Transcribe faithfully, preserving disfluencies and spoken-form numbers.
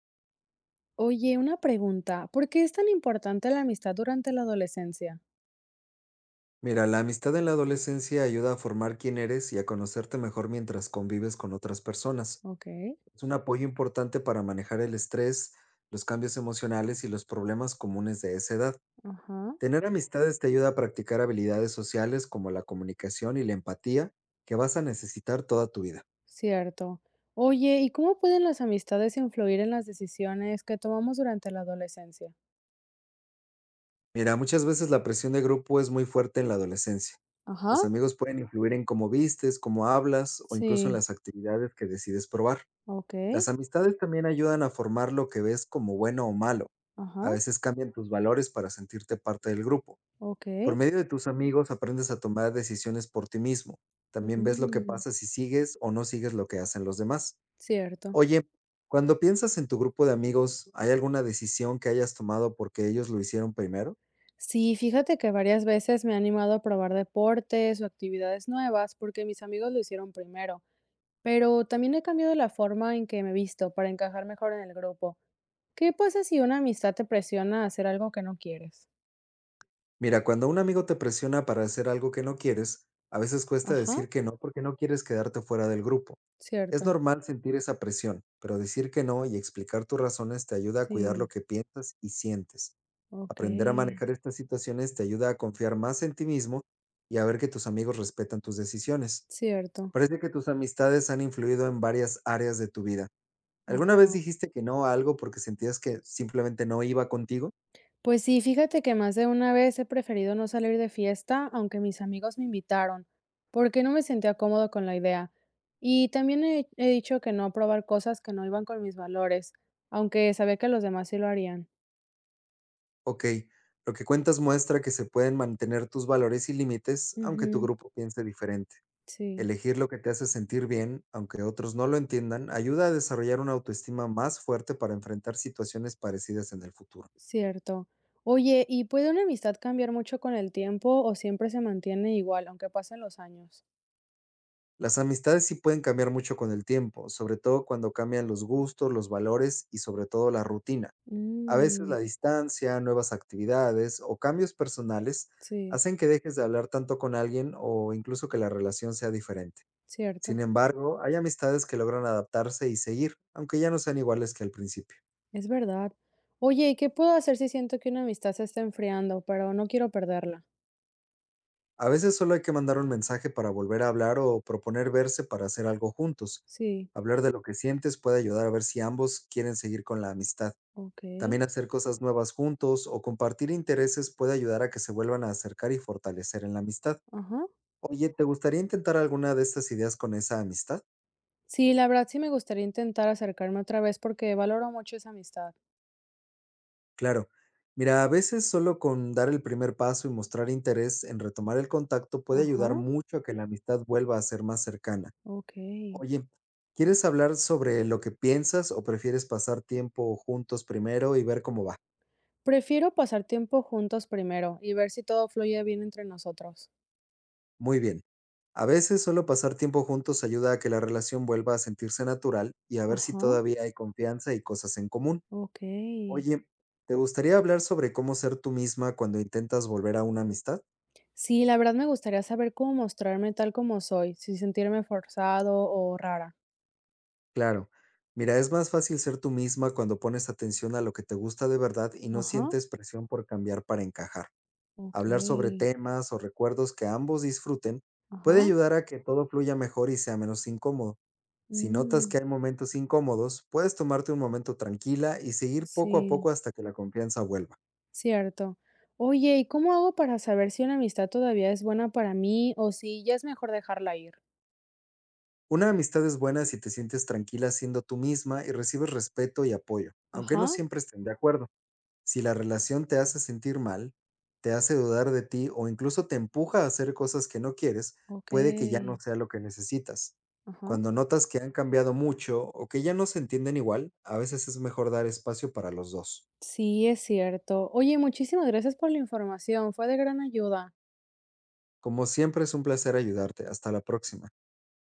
Oye, una pregunta, ¿por qué es tan importante la amistad durante la adolescencia? Mira, la amistad en la adolescencia ayuda a formar quién eres y a conocerte mejor mientras convives con otras personas. Ok, Es un apoyo importante para manejar el estrés, los cambios emocionales y los problemas comunes de esa edad. ajá, Tener amistades te ayuda a practicar habilidades sociales como la comunicación y la empatía que vas a necesitar toda tu vida. cierto. Oye, ¿y cómo pueden las amistades influir en las decisiones que tomamos durante la adolescencia? Mira, muchas veces la presión de grupo es muy fuerte en la adolescencia. Ajá, Los amigos pueden influir en cómo vistes, cómo hablas o incluso en sí, las actividades que decides probar. ok, Las amistades también ayudan a formar lo que ves como bueno o malo. A ajá, veces cambian tus valores para sentirte parte del grupo. ok, Por medio de tus amigos aprendes a tomar decisiones por ti mismo. También ves lo que mm, pasa si sigues o no sigues lo que hacen los demás. cierto. Oye, cuando piensas en tu grupo de amigos, ¿hay alguna decisión que hayas tomado porque ellos lo hicieron primero? Sí, fíjate que varias veces me he animado a probar deportes o actividades nuevas porque mis amigos lo hicieron primero, pero también he cambiado la forma en que me visto para encajar mejor en el grupo. ¿Qué pasa si una amistad te presiona a hacer algo que no quieres? Mira, cuando un amigo te presiona para hacer algo que no quieres, a veces cuesta Ajá, decir que no porque no quieres quedarte fuera del grupo. Es cierto. normal sentir esa presión, pero decir que no y explicar tus razones te ayuda a cuidar lo Sí, que piensas y sientes. ok. Aprender a manejar estas situaciones te ayuda a confiar más en ti mismo y a ver que tus amigos respetan tus decisiones. Cierto. Parece que tus amistades han influido en varias áreas de tu vida. ¿Alguna vez Ajá. dijiste que no a algo porque sentías que simplemente no iba contigo? Pues sí, fíjate que más de una vez he preferido no salir de fiesta, aunque mis amigos me invitaron, porque no me sentía cómodo con la idea. Y también he, he dicho que no a probar cosas que no iban con mis valores, aunque sabía que los demás sí lo harían. Ok, lo que cuentas muestra que se pueden mantener tus valores y límites aunque tu Ujú, grupo piense diferente. sí. Elegir lo que te hace sentir bien, aunque otros no lo entiendan, ayuda a desarrollar una autoestima más fuerte para enfrentar situaciones parecidas en el futuro. Cierto. Oye, ¿y puede una amistad cambiar mucho con el tiempo o siempre se mantiene igual, aunque pasen los años? Las amistades sí pueden cambiar mucho con el tiempo, sobre todo cuando cambian los gustos, los valores y sobre todo la rutina. A veces Mm, la distancia, nuevas actividades o cambios personales sí, hacen que dejes de hablar tanto con alguien o incluso que la relación sea diferente. cierto, Sin embargo, hay amistades que logran adaptarse y seguir, aunque ya no sean iguales que al principio. es verdad. Oye, ¿y qué puedo hacer si siento que una amistad se está enfriando, pero no quiero perderla? A veces solo hay que mandar un mensaje para volver a hablar o proponer verse para hacer algo juntos. Sí, Hablar de lo que sientes puede ayudar a ver si ambos quieren seguir con la amistad. ok, También hacer cosas nuevas juntos o compartir intereses puede ayudar a que se vuelvan a acercar y fortalecer en la amistad. ajá. Oye, ¿te gustaría intentar alguna de estas ideas con esa amistad? Sí, la verdad sí me gustaría intentar acercarme otra vez porque valoro mucho esa amistad. Claro. Mira, a veces solo con dar el primer paso y mostrar interés en retomar el contacto puede Ajá, ayudar mucho a que la amistad vuelva a ser más cercana. ok. Oye, ¿quieres hablar sobre lo que piensas o prefieres pasar tiempo juntos primero y ver cómo va? Prefiero pasar tiempo juntos primero y ver si todo fluye bien entre nosotros. Muy bien. A veces solo pasar tiempo juntos ayuda a que la relación vuelva a sentirse natural y a ver si Ajá, todavía hay confianza y cosas en común. ok. Oye, ¿te gustaría hablar sobre cómo ser tú misma cuando intentas volver a una amistad? Sí, la verdad me gustaría saber cómo mostrarme tal como soy, sin sentirme forzado o rara. Claro. Mira, es más fácil ser tú misma cuando pones atención a lo que te gusta de verdad y no Ajá, sientes presión por cambiar para encajar. ok, Hablar sobre temas o recuerdos que ambos disfruten puede ajá, ayudar a que todo fluya mejor y sea menos incómodo. Si notas mm, que hay momentos incómodos, puedes tomarte un momento tranquila y seguir poco a sí, poco hasta que la confianza vuelva. cierto. Oye, ¿y cómo hago para saber si una amistad todavía es buena para mí o si ya es mejor dejarla ir? Una amistad es buena si te sientes tranquila siendo tú misma y recibes respeto y apoyo, aunque Ajá, no siempre estén de acuerdo. Si la relación te hace sentir mal, te hace dudar de ti o incluso te empuja a hacer cosas que no quieres, puede que ya no ok, sea lo que necesitas. ajá. Cuando notas que han cambiado mucho o que ya no se entienden igual, a veces es mejor dar espacio para los dos. Sí, es cierto. Oye, muchísimas gracias por la información, fue de gran ayuda. Como siempre es un placer ayudarte. Hasta la próxima.